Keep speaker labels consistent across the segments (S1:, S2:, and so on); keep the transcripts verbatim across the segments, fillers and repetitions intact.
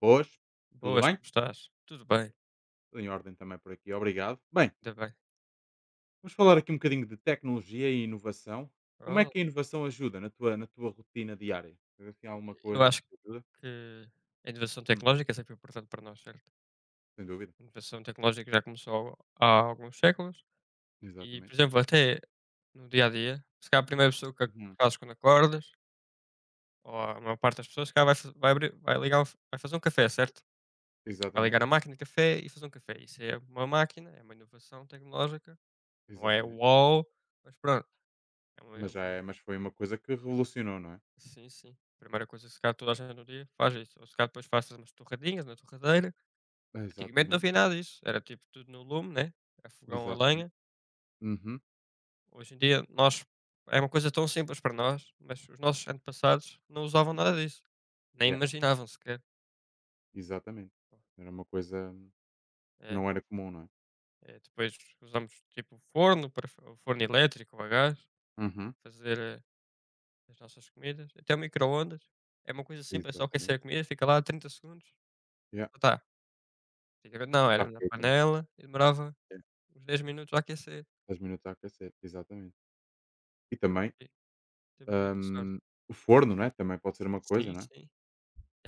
S1: Boas, tudo
S2: Boas,
S1: bem?
S2: como estás? Tudo bem,
S1: Tudo em ordem também por aqui, obrigado. Bem,
S2: ainda bem.
S1: vamos falar aqui um bocadinho de tecnologia e inovação. Como é
S2: Oh,
S1: que a inovação ajuda na tua, na tua rotina diária? Tens assim alguma
S2: eu
S1: coisa que
S2: acho
S1: te ajuda?
S2: que a inovação
S1: Hum,
S2: tecnológica é sempre importante para nós, certo?
S1: sem dúvida,
S2: A inovação tecnológica já começou há alguns séculos e, por
S1: exatamente.
S2: exemplo, até no dia a dia, se calhar a primeira pessoa que
S1: Uhum,
S2: fazes quando acordas, ou a maior parte das pessoas, se calhar vai, fa- vai, abrir, vai, ligar, o f- vai fazer um café, certo? Vai
S1: Exatamente,
S2: ligar a máquina de café e fazer um café. Isso é uma máquina, é uma inovação tecnológica, não é
S1: exatamente.
S2: uau, mas pronto, é
S1: Mas
S2: uma.
S1: já é, mas foi uma coisa que revolucionou, não é?
S2: Sim, sim. Primeira coisa que se calhar toda a gente no dia faz é isso. Ou se calhar depois faz umas torradinhas na torradeira. Antigamente não
S1: Exatamente,
S2: havia nada disso. Era tipo tudo no lume, né? A fogão, a
S1: exatamente.
S2: lenha.
S1: Uhum,
S2: Hoje em dia nós é uma coisa tão simples para nós, mas os nossos antepassados não usavam nada disso. Nem
S1: yeah,
S2: imaginavam sequer.
S1: exatamente. Era uma coisa que
S2: É,
S1: não era comum, não é?
S2: é, depois usamos tipo forno, para, fa- o forno elétrico ou a gás,
S1: Uhum,
S2: fazer eh, as nossas comidas. Até o micro-ondas. É uma coisa simples, é só aquecer
S1: exatamente.
S2: a comida, fica lá trinta segundos.
S1: Yeah.
S2: Tá. Antigamente
S1: E
S2: não,
S1: está
S2: era na
S1: feito, né?
S2: panela e demorava
S1: É,
S2: uns dez minutos a aquecer.
S1: dez minutos a aquecer, exatamente. E também
S2: Sim, temos muita sorte.
S1: Hum, o forno, não é, também pode ser uma coisa,
S2: Sim,
S1: não é?
S2: sim.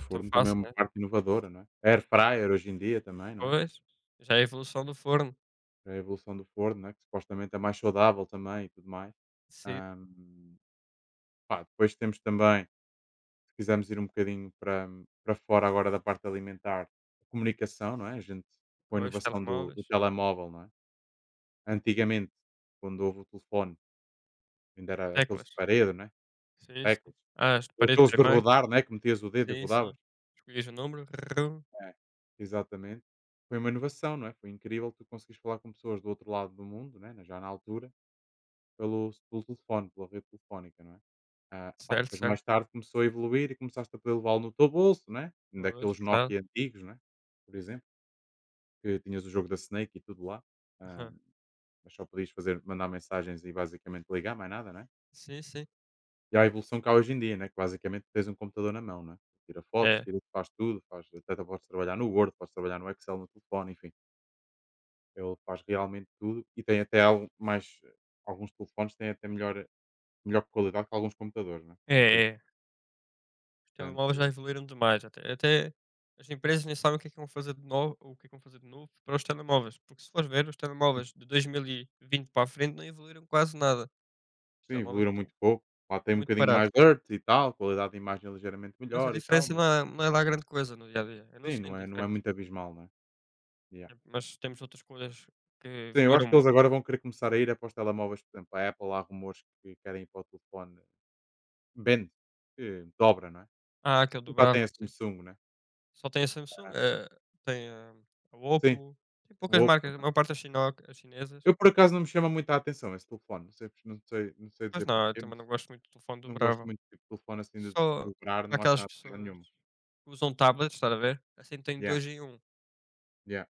S1: O
S2: tão
S1: forno também é
S2: fácil,
S1: uma
S2: né.
S1: parte inovadora, não é? A air
S2: É.
S1: fryer hoje em dia também, não é?
S2: Pois, já é a evolução do forno.
S1: A evolução do forno, não é? Que supostamente é mais saudável também e tudo mais.
S2: Sim,
S1: Hum, pá, depois temos também, se quisermos ir um bocadinho para, para fora agora da parte alimentar, a comunicação, não é? A gente, com a
S2: pois,
S1: inovação do,
S2: telemóveis,
S1: do telemóvel, não é? Antigamente, quando houve o telefone, ainda era aqueles de
S2: teclas.
S1: parede, não é?
S2: Sim, sim.
S1: Teclas.
S2: Ah, as de
S1: Ou
S2: parede
S1: aqueles de
S2: primeiro.
S1: rodar, não é? Que metias o dedo e
S2: Sim,
S1: rodava.
S2: sim. Escolhias o número. Rrrum.
S1: É, exatamente. Foi uma inovação, não é? Foi incrível tu conseguires falar com pessoas do outro lado do mundo, né? na- já na altura, pelo, pelo telefone, pela rede telefónica, não é? Ah, pá, e
S2: Certo,
S1: depois mais
S2: certo.
S1: tarde começou a evoluir e começaste a poder levá-lo no teu bolso, né?
S2: Pois,
S1: Daqueles
S2: verdade.
S1: Nokia antigos, né? Por exemplo, que tinhas o jogo da Snake e tudo lá, ah,
S2: Aham.
S1: mas só podias fazer, mandar mensagens e basicamente ligar, mais nada, né?
S2: Sim, sim.
S1: E há a evolução que há hoje em dia, né? Que basicamente tens um computador na mão, né? Tira fotos,
S2: É.
S1: tira, faz tudo, faz, até podes trabalhar no Word, podes trabalhar no Excel, no telefone, enfim. Ele faz realmente tudo e tem até algo mais, alguns telefones têm até melhor melhor qualidade que alguns computadores, né, portanto
S2: É, é.
S1: isso,
S2: Os telemóveis já
S1: portanto
S2: evoluíram demais. Até até as empresas nem sabem o que é que vão fazer de novo o que é que vão fazer de novo para os telemóveis. Porque se fores ver, os telemóveis de dois mil e vinte para a frente não evoluíram quase nada. Os
S1: sim,
S2: telemóveis
S1: evoluíram
S2: estão
S1: muito pouco. Lá tem um
S2: muito
S1: bocadinho mais
S2: baratos,
S1: dirt e tal, qualidade de imagem ligeiramente
S2: mas a
S1: melhor e tal,
S2: diferença
S1: mas
S2: não é não é lá grande coisa no dia a dia, eu não
S1: sim, não
S2: sinto
S1: é não é
S2: diferença.
S1: muito abismal, não é? Yeah.
S2: Eh, mas temos outras coisas que
S1: Sim, eu acho
S2: evoluíram
S1: que eles
S2: muito.
S1: agora vão querer começar a ir é para telemóveis, por exemplo, a Apple há rumores que querem ir para o telefone Bend, que dobra, não é?
S2: Ah, aquele
S1: Já tem a
S2: dobrável, sim.
S1: Samsung, né?
S2: Só tem a Samsung,
S1: Ah,
S2: eh, tem a a
S1: sim,
S2: Oppo, tem
S1: o
S2: poucas
S1: Oppo
S2: marcas, a
S1: também.
S2: maior parte é chinoca é chinesas,
S1: Eu por acaso não me chama muito a atenção esse telefone, não sei não sei não sei dizer
S2: mas não, eu
S1: porquê.
S2: também não gosto muito do telefone do
S1: Não gosto
S2: bravo.
S1: muito tipo de telefone assim de de
S2: Só
S1: dobrar, não acho
S2: aquelas
S1: nada de piada
S2: pessoas
S1: nenhuma.
S2: que usam tablets, estás a ver? Assim tem
S1: Yeah,
S2: dois em um.
S1: yeah,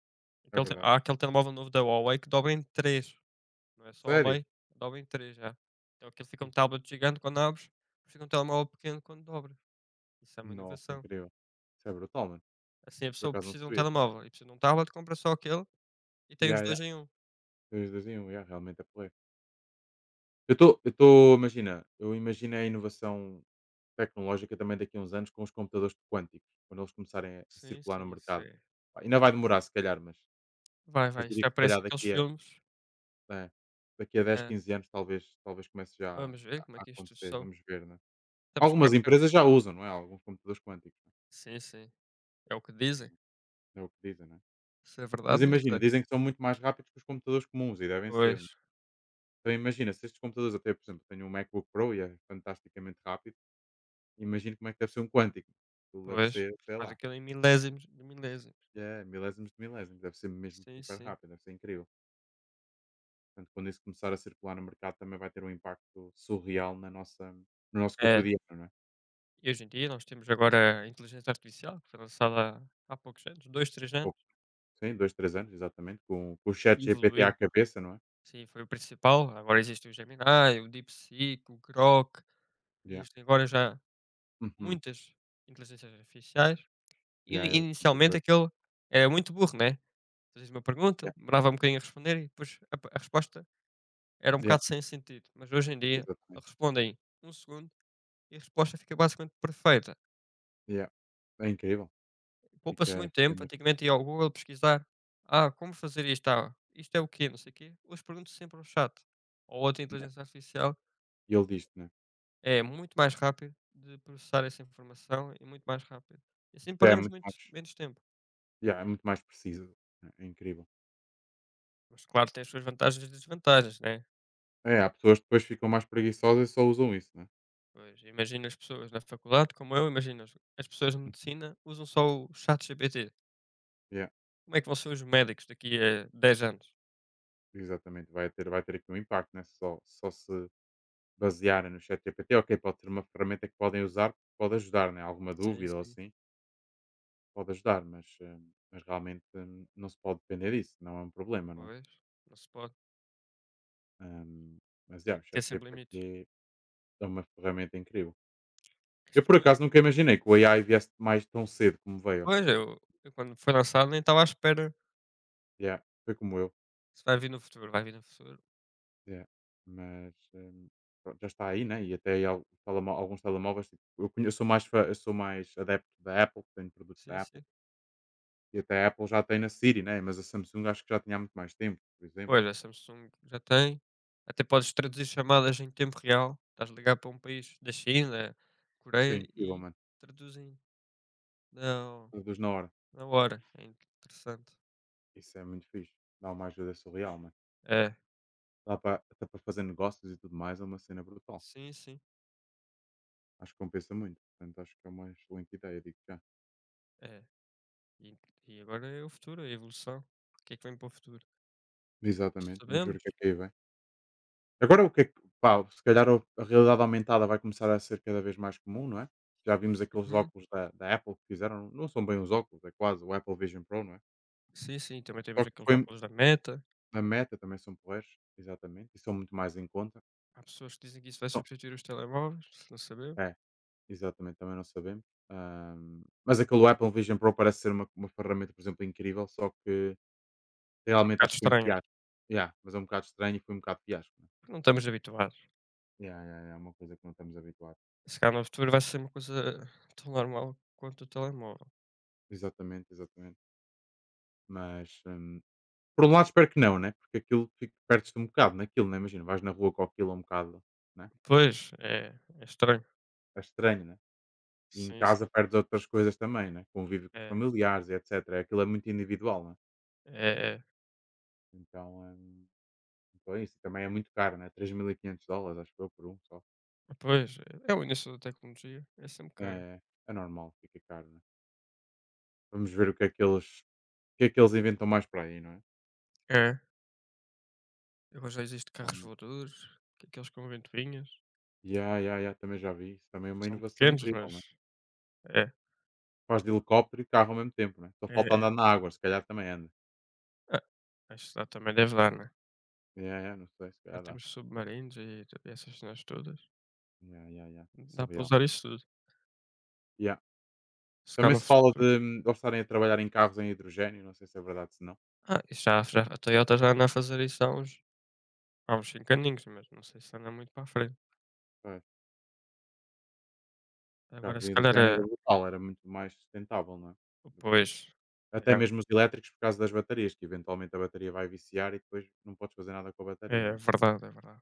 S1: é
S2: Aquele te
S1: verdade.
S2: Há aquele telemóvel novo da Huawei que dobra em três. Não é só ao
S1: Sério?
S2: meio, dobra em três já. Então aquilo fica
S1: Ai,
S2: um tablet gigante quando abres, fica um telemóvel pequeno quando dobras. Isso é uma
S1: nossa,
S2: inovação.
S1: incrível. Isso é brutal, mano.
S2: Assim a
S1: Por
S2: pessoa
S1: acaso não
S2: precisa de um
S1: sabia.
S2: telemóvel e precisa de um tablet, compra só aquele e tem
S1: Yeah,
S2: os
S1: yeah.
S2: dois em um.
S1: dois dois em um, yeah, realmente é porreiro. Eu estou, eu estou, imagina, eu imaginei a inovação tecnológica também daqui a uns anos com os computadores quânticos, quando eles começarem a
S2: Sim,
S1: circular no
S2: sim, isso
S1: mercado.
S2: é
S1: Pá, ainda vai demorar, se calhar, mas,
S2: vai,
S1: mas
S2: vai, isto
S1: diria
S2: já
S1: que se
S2: parece
S1: calhar
S2: aqueles
S1: daqui a,
S2: filmes,
S1: é, daqui a dez
S2: né.
S1: quinze anos talvez, talvez comece já a
S2: Vamos ver como é
S1: a
S2: que isto
S1: acontecer.
S2: sobe.
S1: Vamos ver, né?
S2: Estamos cá
S1: Algumas
S2: para.
S1: empresas já usam, não é? Alguns computadores quânticos. Né?
S2: Sim, sim, é o que
S1: É
S2: dizem.
S1: É, é o que dizem, não é?
S2: Se é
S1: Mas
S2: verdade não
S1: imagina,
S2: sei.
S1: dizem que são muito mais rápidos que os computadores comuns e devem ser.
S2: Pois,
S1: Então imagina, se estes computadores até, por exemplo, tenho um MacBook Pro e é fantasticamente rápido, imagina como é que deve ser um quântico. Aquilo deve
S2: pois,
S1: ser, sei
S2: faz
S1: lá,
S2: aquilo em milésimos de milésimos.
S1: é, milésimos de milésimos, deve ser mesmo
S2: Sim,
S1: super
S2: sim.
S1: rápido, deve ser incrível. Portanto, quando isso começar a circular no mercado também vai ter um impacto surreal na nossa, no nosso
S2: É.
S1: cotidiano, não é?
S2: E hoje em dia nós temos agora a inteligência artificial, que foi lançada há há poucos anos, dois três
S1: Há
S2: anos,
S1: pouco, sim, dois três anos, exatamente, com, com o chat
S2: e
S1: G P T à
S2: evoluiu.
S1: cabeça, não é?
S2: Sim, foi o principal. Agora existe o Gemini, o DeepSeek, o Grok,
S1: Yeah.
S2: existem agora já
S1: Uhum.
S2: muitas inteligências artificiais. E ini
S1: Yeah, yeah,
S2: inicialmente aquele era muito burro, né. Fazias uma
S1: yeah,
S2: pergunta, demorava um bocadinho a responder e depois a p a resposta era um
S1: yeah,
S2: bocado sem sentido. Mas hoje em dia
S1: exatamente.
S2: respondem um segundo e a resposta fica basicamente perfeita.
S1: Yeah. É incrível.
S2: Poupa-se
S1: Fica,
S2: muito
S1: fica
S2: tempo,
S1: mesmo.
S2: antigamente ia ao Google pesquisar: "Ah, como fazer isto? Ah, isto é o quê? Não sei o quê". Hoje pergunto sempre ao chat ou outra
S1: Yeah.
S2: inteligência artificial,
S1: E ele diz-te, né?
S2: é muito mais rápido de processar essa informação e muito mais rápido. E assim
S1: Já é
S2: perdemos
S1: muito mais,
S2: muito menos tempo.
S1: yeah, é muito mais preciso, né? É incrível.
S2: Mas claro, tem as suas vantagens e desvantagens, né.
S1: É, há pessoas que depois ficam mais preguiçosas e só usam isso, né?
S2: Pois, imagina as pessoas na faculdade como eu, imagina as as pessoas de
S1: Hum,
S2: medicina usam só o chat ChatGPT.
S1: yeah,
S2: Como é que vão ser os médicos daqui a dez anos?
S1: exatamente. Vai ter, vai ter aqui um impacto, né? Só, só se basearem no chat G P T, ok, pode ter uma ferramenta que podem usar, pode ajudar, né? Alguma
S2: Sim,
S1: dúvida ou
S2: sim.
S1: assim, pode ajudar, mas, eh, mas realmente eh, não se pode depender disso, não é um problema, não é?
S2: Pois, não se pode.
S1: Ahm, mas, yeah,
S2: Tem
S1: o
S2: que
S1: chat
S2: ter sempre limites.
S1: G P T é uma ferramenta incrível.
S2: As
S1: Eu por
S2: pessoas.
S1: acaso nunca imaginei que o A I viesse mais tão cedo como veio.
S2: Pois, eu eu quando foi lançado nem estava à espera
S1: Yeah, foi como eu.
S2: se vai vir no futuro, vai vir no futuro.
S1: Yeah. Mas hum, pronto, já está aí, né? E até aí al- telemó- alguns telemóveis. Tipo, eu, conhe- eu sou mais, fã- eu sou mais adepto da Apple, que tenho produtos
S2: Sim,
S1: da Apple.
S2: sim.
S1: E até a Apple já tem na Siri, né? Mas a Samsung acho que já tinha há muito mais tempo, por exemplo.
S2: Pois, a Samsung já tem, até podes traduzir chamadas em tempo real, estás ligado ligar para um país da China,
S1: Isso é
S2: Coreia
S1: incrível,
S2: e
S1: mano.
S2: traduzem na
S1: Reduz na hora.
S2: na hora, é interessante.
S1: Isso é muito fixe. Dá uma ajuda surreal, mano.
S2: É,
S1: Dá para, até para fazer negócios e tudo mais, é uma cena brutal.
S2: sim, sim,
S1: Acho que compensa muito. Portanto, acho que é uma excelente ideia, digo já.
S2: é. E e agora é o futuro, é a evolução. O que é que vem para o futuro?
S1: Exatamente. Vamos ver o que é
S2: Sabemos.
S1: que aí vem. Agora o que é que, pá, se calhar o- a realidade aumentada vai começar a ser cada vez mais comum, não é? Já vimos aqueles
S2: Uhum.
S1: óculos da, da Apple que fizeram, não são bem os óculos, é quase o Apple Vision Pro, não é?
S2: Sim, sim, também
S1: Só
S2: temos
S1: que
S2: aqueles
S1: foi
S2: óculos da Meta,
S1: a Meta, também são porreiros, exatamente, e são muito mais em conta.
S2: há pessoas que dizem que isso vai
S1: São,
S2: substituir os telemóveis, não sabemos,
S1: é, exatamente, também não sabemos. Ahm, mas aquele Apple Vision Pro parece ser uma, uma ferramenta, por exemplo, incrível, só que
S2: é um
S1: realmente acho
S2: bocado
S1: que foi um
S2: estranho.
S1: fiasco. Yeah, mas é um bocado estranho e foi um bocado fiasco, né?
S2: Não estamos habituados.
S1: Yeah, yeah, yeah, é uma coisa que não estamos habituados.
S2: Se calhar no futuro vai ser uma coisa tão normal quanto o telemóvel.
S1: Exatamente, exatamente. Mas, hum, por um lado espero que não, né, porque aquilo fica, perdes-te um bocado naquilo, né, imagina vais na rua com aquilo é um bocado, né,
S2: Pois, é, é estranho.
S1: é estranho, né, e em
S2: Sim, sim.
S1: casa perdes outras coisas também, né, convívio com os
S2: É,
S1: familiares e etcétera, é, aquilo é muito individual, né,
S2: é, é.
S1: então, hum, então é isso, também é muito caro, né, três mil e quinhentos dólares acho que eu por um só,
S2: Pois, é. É o início da tecnologia, é sempre cara.
S1: é é normal, fica caro, né, vamos ver o que é que eles, o que é que eles inventam mais para aí, não é?
S2: É, agora já existe
S1: Há
S2: carros
S1: muito.
S2: voadores, que aqueles com ventoinhas,
S1: Ya, ya, ya, também já vi isso, também é uma
S2: são
S1: inovação
S2: pequenos,
S1: incrível,
S2: mas
S1: né,
S2: é,
S1: faz de helicóptero e carro ao mesmo tempo, né, só
S2: é,
S1: falta andar
S2: é.
S1: na água, se calhar também anda.
S2: Ah, acho que lá também deve dar, né?
S1: Ya, ya, não sei, se
S2: Já
S1: calhar dá.
S2: temos submarinos e t- essas cenas todas.
S1: Ya, ya, ya.
S2: Dá para
S1: Surreal.
S2: usar isso tudo.
S1: Ya.
S2: Se calhar
S1: Também
S2: no
S1: se fala
S2: futuro.
S1: de, hum, eles estarem a trabalhar em carros em hidrogénio, não sei se é verdade se não.
S2: Ah, isso já, já, a Toyota já anda a fazer isso há uns há uns cinco aninhos, mas não sei se anda muito para a frente.
S1: Pois,
S2: Agora
S1: carros em
S2: se calhar
S1: hidrogénio
S2: é.
S1: era brutal, era muito mais sustentável, não é? Do que...
S2: Pois,
S1: Até
S2: é,
S1: mesmo os elétricos por causa das baterias, que eventualmente a bateria vai viciar e depois não podes fazer nada com a bateria,
S2: é
S1: não é?
S2: verdade, é verdade.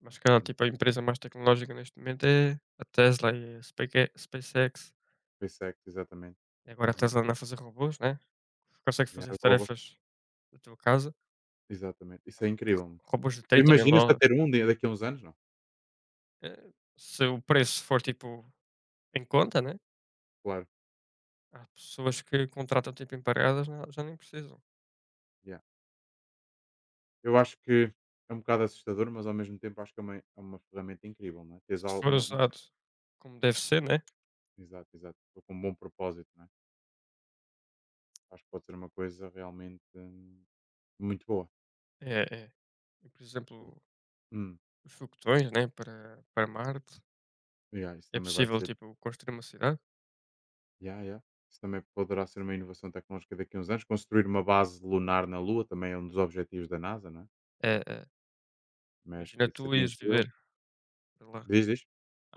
S2: Mas se calhar tipo a
S1: Portanto,
S2: empresa mais tecnológica neste momento é a Tesla e a Space SpaceX.
S1: é, SpaceX, exatamente.
S2: E agora a
S1: Uhum.
S2: Tesla anda a fazer robôs, né, consegue
S1: Ya,
S2: fazer as
S1: eu
S2: tarefas
S1: gosto-
S2: da tua casa.
S1: exatamente. Isso é
S2: Hum,
S1: incrível, mano.
S2: Robôs de trinta mil.
S1: Imaginas-te a ter um dia- daqui a uns anos, não?
S2: Eh, Se o preço for tipo em conta, né,
S1: Claro.
S2: há pessoas que contratam tipo empregadas já já nem precisam.
S1: Ya. Eu acho que é um bocado assustador, mas ao mesmo tempo acho que é uma, é uma ferramenta incrível, não é? Tens
S2: Se
S1: al-
S2: for
S1: uma,
S2: usado como deve ser, né,
S1: exato, exato. Ou com um bom propósito, não é? Acho que pode ser uma coisa realmente hum, muito boa.
S2: é, é. E, por exemplo,
S1: Hum,
S2: os foguetões, né, para, para Marte.
S1: yeah, isso
S2: É
S1: também vai
S2: possível,
S1: ser.
S2: tipo, construir uma cidade?
S1: Yeah, yeah. Isso também poderá ser uma inovação tecnológica daqui a uns anos. Construir uma base lunar na Lua também é um dos objetivos da NASA, não é?
S2: É, é.
S1: Mas
S2: Imagina,
S1: que
S2: tu
S1: seria
S2: ias viver
S1: incrível.
S2: para lá.
S1: Diz, diz.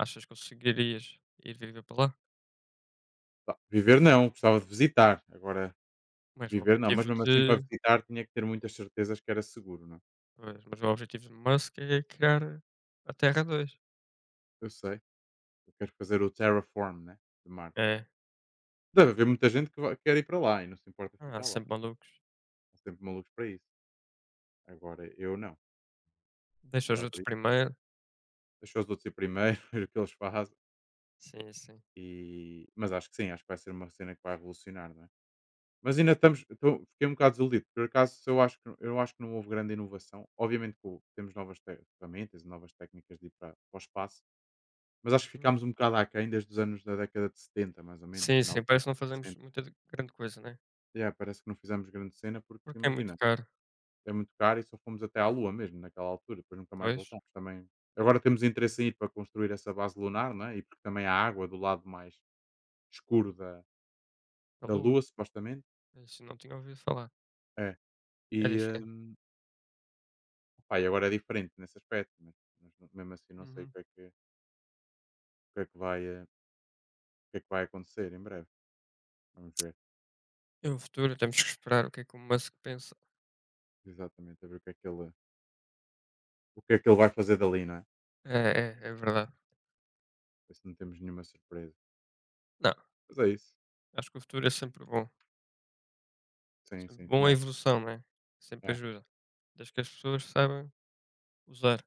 S2: Achas que conseguirias ir viver para lá?
S1: Tá, viver não, gostava de visitar. Agora,
S2: Mas o
S1: viver não, mas
S2: objetivo
S1: mesmo assim para
S2: de...
S1: visitar tinha que ter muitas certezas que era seguro, não é?
S2: Pois, mas o objetivo de Musk é criar a Terra dois.
S1: Eu sei. Eu quero fazer o terraform, né? De Marte.
S2: É.
S1: Deve haver muita gente que vai- quer ir para lá e não se importa
S2: Ah,
S1: ficar lá.
S2: sempre malucos.
S1: Estão sempre malucos para isso. Agora eu não, não
S2: Deixa os
S1: gostava
S2: outros
S1: disso.
S2: primeiro.
S1: Deixar os outros ir primeiro, ver o que eles fazem.
S2: Sim, sim.
S1: E... Mas acho que sim, acho que vai ser uma cena que vai revolucionar, não é? Mas ainda estamos, estou- fiquei um bocado desiludido. Por acaso, eu acho, que, eu acho que não houve grande inovação. Obviamente que houve- temos novas te- ferramentas e novas técnicas de ir para, para o espaço, mas acho que
S2: Hum.
S1: ficámos um bocado aquém desde os anos da década de setenta mais ou menos,
S2: Sim,
S1: final
S2: sim,
S1: da
S2: parece que não
S1: década de
S2: fazemos
S1: sessenta.
S2: muita de- grande coisa, né?
S1: Yeah, parece que não fizemos grande cena, porque
S2: Porque é muito
S1: imagina,
S2: caro.
S1: é muito caro e só fomos até à Lua mesmo naquela altura, depois nunca mais
S2: Pois,
S1: voltámos também. Agora temos interesse em ir para construir essa base lunar, não é? E porque também há água do lado mais escuro da,
S2: a
S1: da
S2: Lua.
S1: Lua, supostamente.
S2: Isso não tinha ouvido falar.
S1: É.
S2: É
S1: E,
S2: diferente.
S1: hum, opá, e agora é diferente nesse aspecto, mas, mas não- mesmo assim não sei o
S2: Uhum.
S1: que é que, o que, é que, vai, eh, o que é que vai acontecer em breve. Vamos ver.
S2: E o futuro, temos que esperar o que é que o Musk pensa.
S1: Exatamente, a ver o que é que ele, o que é que ele vai fazer dali, não é?
S2: É, é, é verdade.
S1: Ver se não temos nenhuma surpresa.
S2: Não,
S1: Mas é isso.
S2: acho que o futuro é sempre bom.
S1: Sim,
S2: Sempre
S1: sim,
S2: bom a
S1: também acho.
S2: evolução, né? Sempre
S1: É.
S2: ajuda. Desde que as pessoas saibam usar.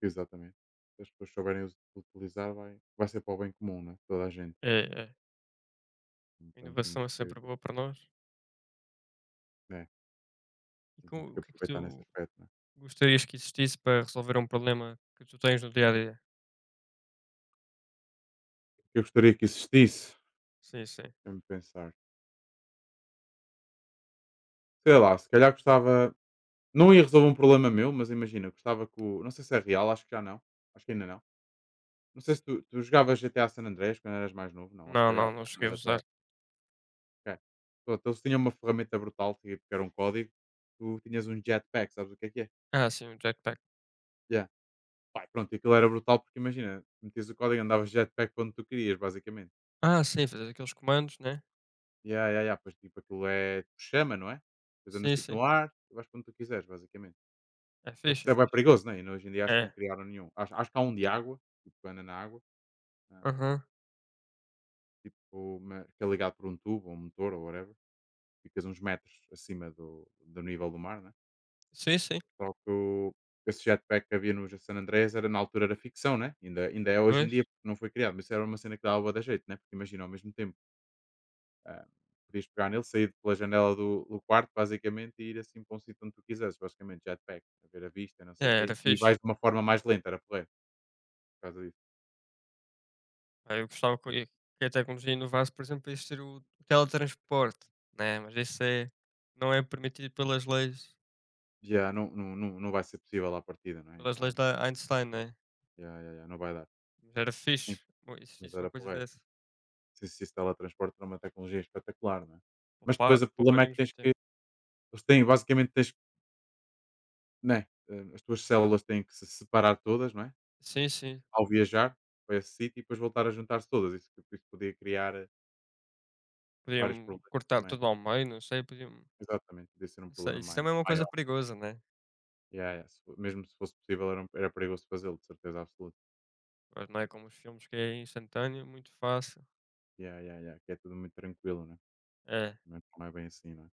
S1: Exatamente. Se as pessoas souberem us utilizar vai vai ser para o bem comum, não é, toda a gente.
S2: É, é. A
S1: Então temos
S2: inovação é
S1: que,
S2: sempre boa para nós.
S1: né,
S2: E com,
S1: temos que
S2: o que é que
S1: aproveitar nesse
S2: tu
S1: aspecto, não é.
S2: gostarias que existisse para resolver um problema que tu tens no dia a dia?
S1: O que eu gostaria que existisse?
S2: Sim, sim.
S1: Deixa-me pensar. Sei lá, se calhar gostava, não ia resolver um problema meu, mas imagina, gostava que o, não sei se é real, acho que já não, acho que ainda não. Não sei se tu tu jogavas G T A San Andreas quando eras mais novo, não? Ou se
S2: Não,
S1: calhar
S2: não, não
S1: não é
S2: cheguei a
S1: da tua
S2: usar.
S1: época. Ok. Pronto, eles tinham uma ferramenta brutal, tipo, que era um código, tu tinhas um jetpack, sabes o que é que é?
S2: Ah, sim, o jetpack.
S1: Yeah. Pá, e pronto, aquilo era brutal porque imagina, metias o código, andavas de jetpack para onde tu querias, basicamente.
S2: Ah, sim, fazer aqueles comandos, né?
S1: Ya, ya, ya, pois tipo, aquilo é tu chama, não é? Depois andas
S2: Sim,
S1: tipo no
S2: sim.
S1: ar e vais para onde tu quiseres, basicamente.
S2: É
S1: Só que
S2: fixe,
S1: isso
S2: é
S1: é bem
S2: fixe.
S1: perigoso, né? E hoje em dia acho
S2: É.
S1: que não criaram nenhum. Acho, acho que há um de água, tipo, que anda na água, ah,
S2: Aham.
S1: tipo, ma- que é ligado por um tubo ou um motor ou whatever. Ficas uns metros acima do, do nível do mar, né?
S2: Sim, sim.
S1: Só que o- esse jetpack que havia no San Andrés era, na altura, era ficção, né? Ainda, ainda é hoje em
S2: Pois.
S1: dia, porque não foi criado, mas isso era uma cena que dava bué da jeito, né? Porque imagina, ao mesmo tempo. Ah, podias pegar nele, sair pela janela do, do quarto, basicamente, e ir assim para um sítio onde tu quiseres, basicamente, jetpack, a ver a vista, não
S2: É,
S1: sei o
S2: era
S1: quê, e vais
S2: fixe.
S1: de uma forma mais lenta, era porreiro, por causa disso.
S2: Ah, eu gostava que
S1: Por
S2: e
S1: isso,
S2: que a tecnologia inovasse, por exemplo, para existir o o teletransporte, né, mas isso é não é permitido pelas leis
S1: já não, não, não, não vai ser possível à partida, não é?
S2: pelas leis
S1: Então,
S2: da Einstein, né.
S1: já, já, já, não vai dar.
S2: Mas era
S1: Sim,
S2: fixe, bom,
S1: mas
S2: existisse uma
S1: era
S2: coisa
S1: porreiro.
S2: dessa,
S1: Sim, se esse teletransporte era uma tecnologia espetacular, não é? Mas depois
S2: poupa
S1: o problema é que
S2: pouparíamos
S1: tens
S2: muito
S1: que,
S2: tempo.
S1: eles têm, basicamente, tens, né, eh, as tuas células têm que se separar todas, não é?
S2: Sim, sim,
S1: Ao viajar para esse sítio e depois voltar a juntar-se todas. Isso, isso podia criar, eh,
S2: podiam
S1: vários problemas
S2: cortar
S1: também.
S2: tudo ao meio, não sei, podiam
S1: Exatamente, podia ser um
S2: não
S1: problema
S2: sei, isso
S1: mai
S2: também é uma coisa
S1: maior.
S2: perigosa, né,
S1: Yeah, yeah, se fo mesmo se fosse possível era um era perigoso fazê-lo, de certeza absoluta.
S2: mas não é como os filmes que é instantâneo, muito fácil.
S1: Yeah, yeah, yeah, que é tudo muito tranquilo, né,
S2: É,
S1: mas não é bem assim, não é?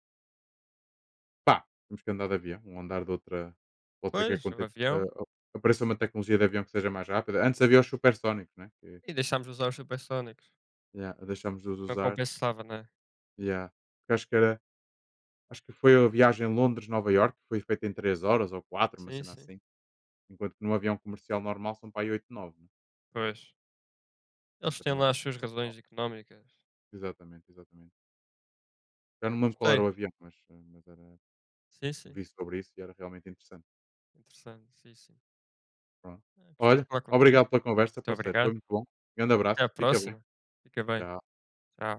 S1: Pá, temos que andar de avião, um andar de outra pode ser que
S2: pois, o
S1: aconteça,
S2: avião
S1: ah, apareça uma tecnologia de avião que seja mais rápida. Antes havia os supersónicos, né, que
S2: e deixámos de usar os supersónicos,
S1: yeah, deixámos de os
S2: não
S1: usar,
S2: compensava, né.
S1: yeah, porque acho que era acho que foi a viagem Londres-Nova York que foi feita em três horas ou quatro, uma
S2: Sim,
S1: cena
S2: sim,
S1: assim, enquanto que num avião comercial normal são para aí oito, nove, né,
S2: pois.
S1: portanto
S2: Eles
S1: era
S2: têm
S1: uma
S2: lá as
S1: diferença
S2: suas
S1: brutal.
S2: razões económicas.
S1: Exatamente, exatamente. Já não me lembro qual era
S2: Gostei.
S1: o avião, mas, eh, mas era
S2: Sim, sim.
S1: vi sobre isso e era realmente interessante.
S2: Interessante, sim, sim.
S1: Pronto.
S2: Ah, gostei
S1: Olha,
S2: de falar contigo.
S1: obrigado pela conversa,
S2: Muito
S1: parceiro. Foi
S2: obrigado.
S1: muito bom. Grande
S2: Até à
S1: abraço. Fica bem.
S2: próxima. Fica bem.
S1: Tchau.
S2: Tchau.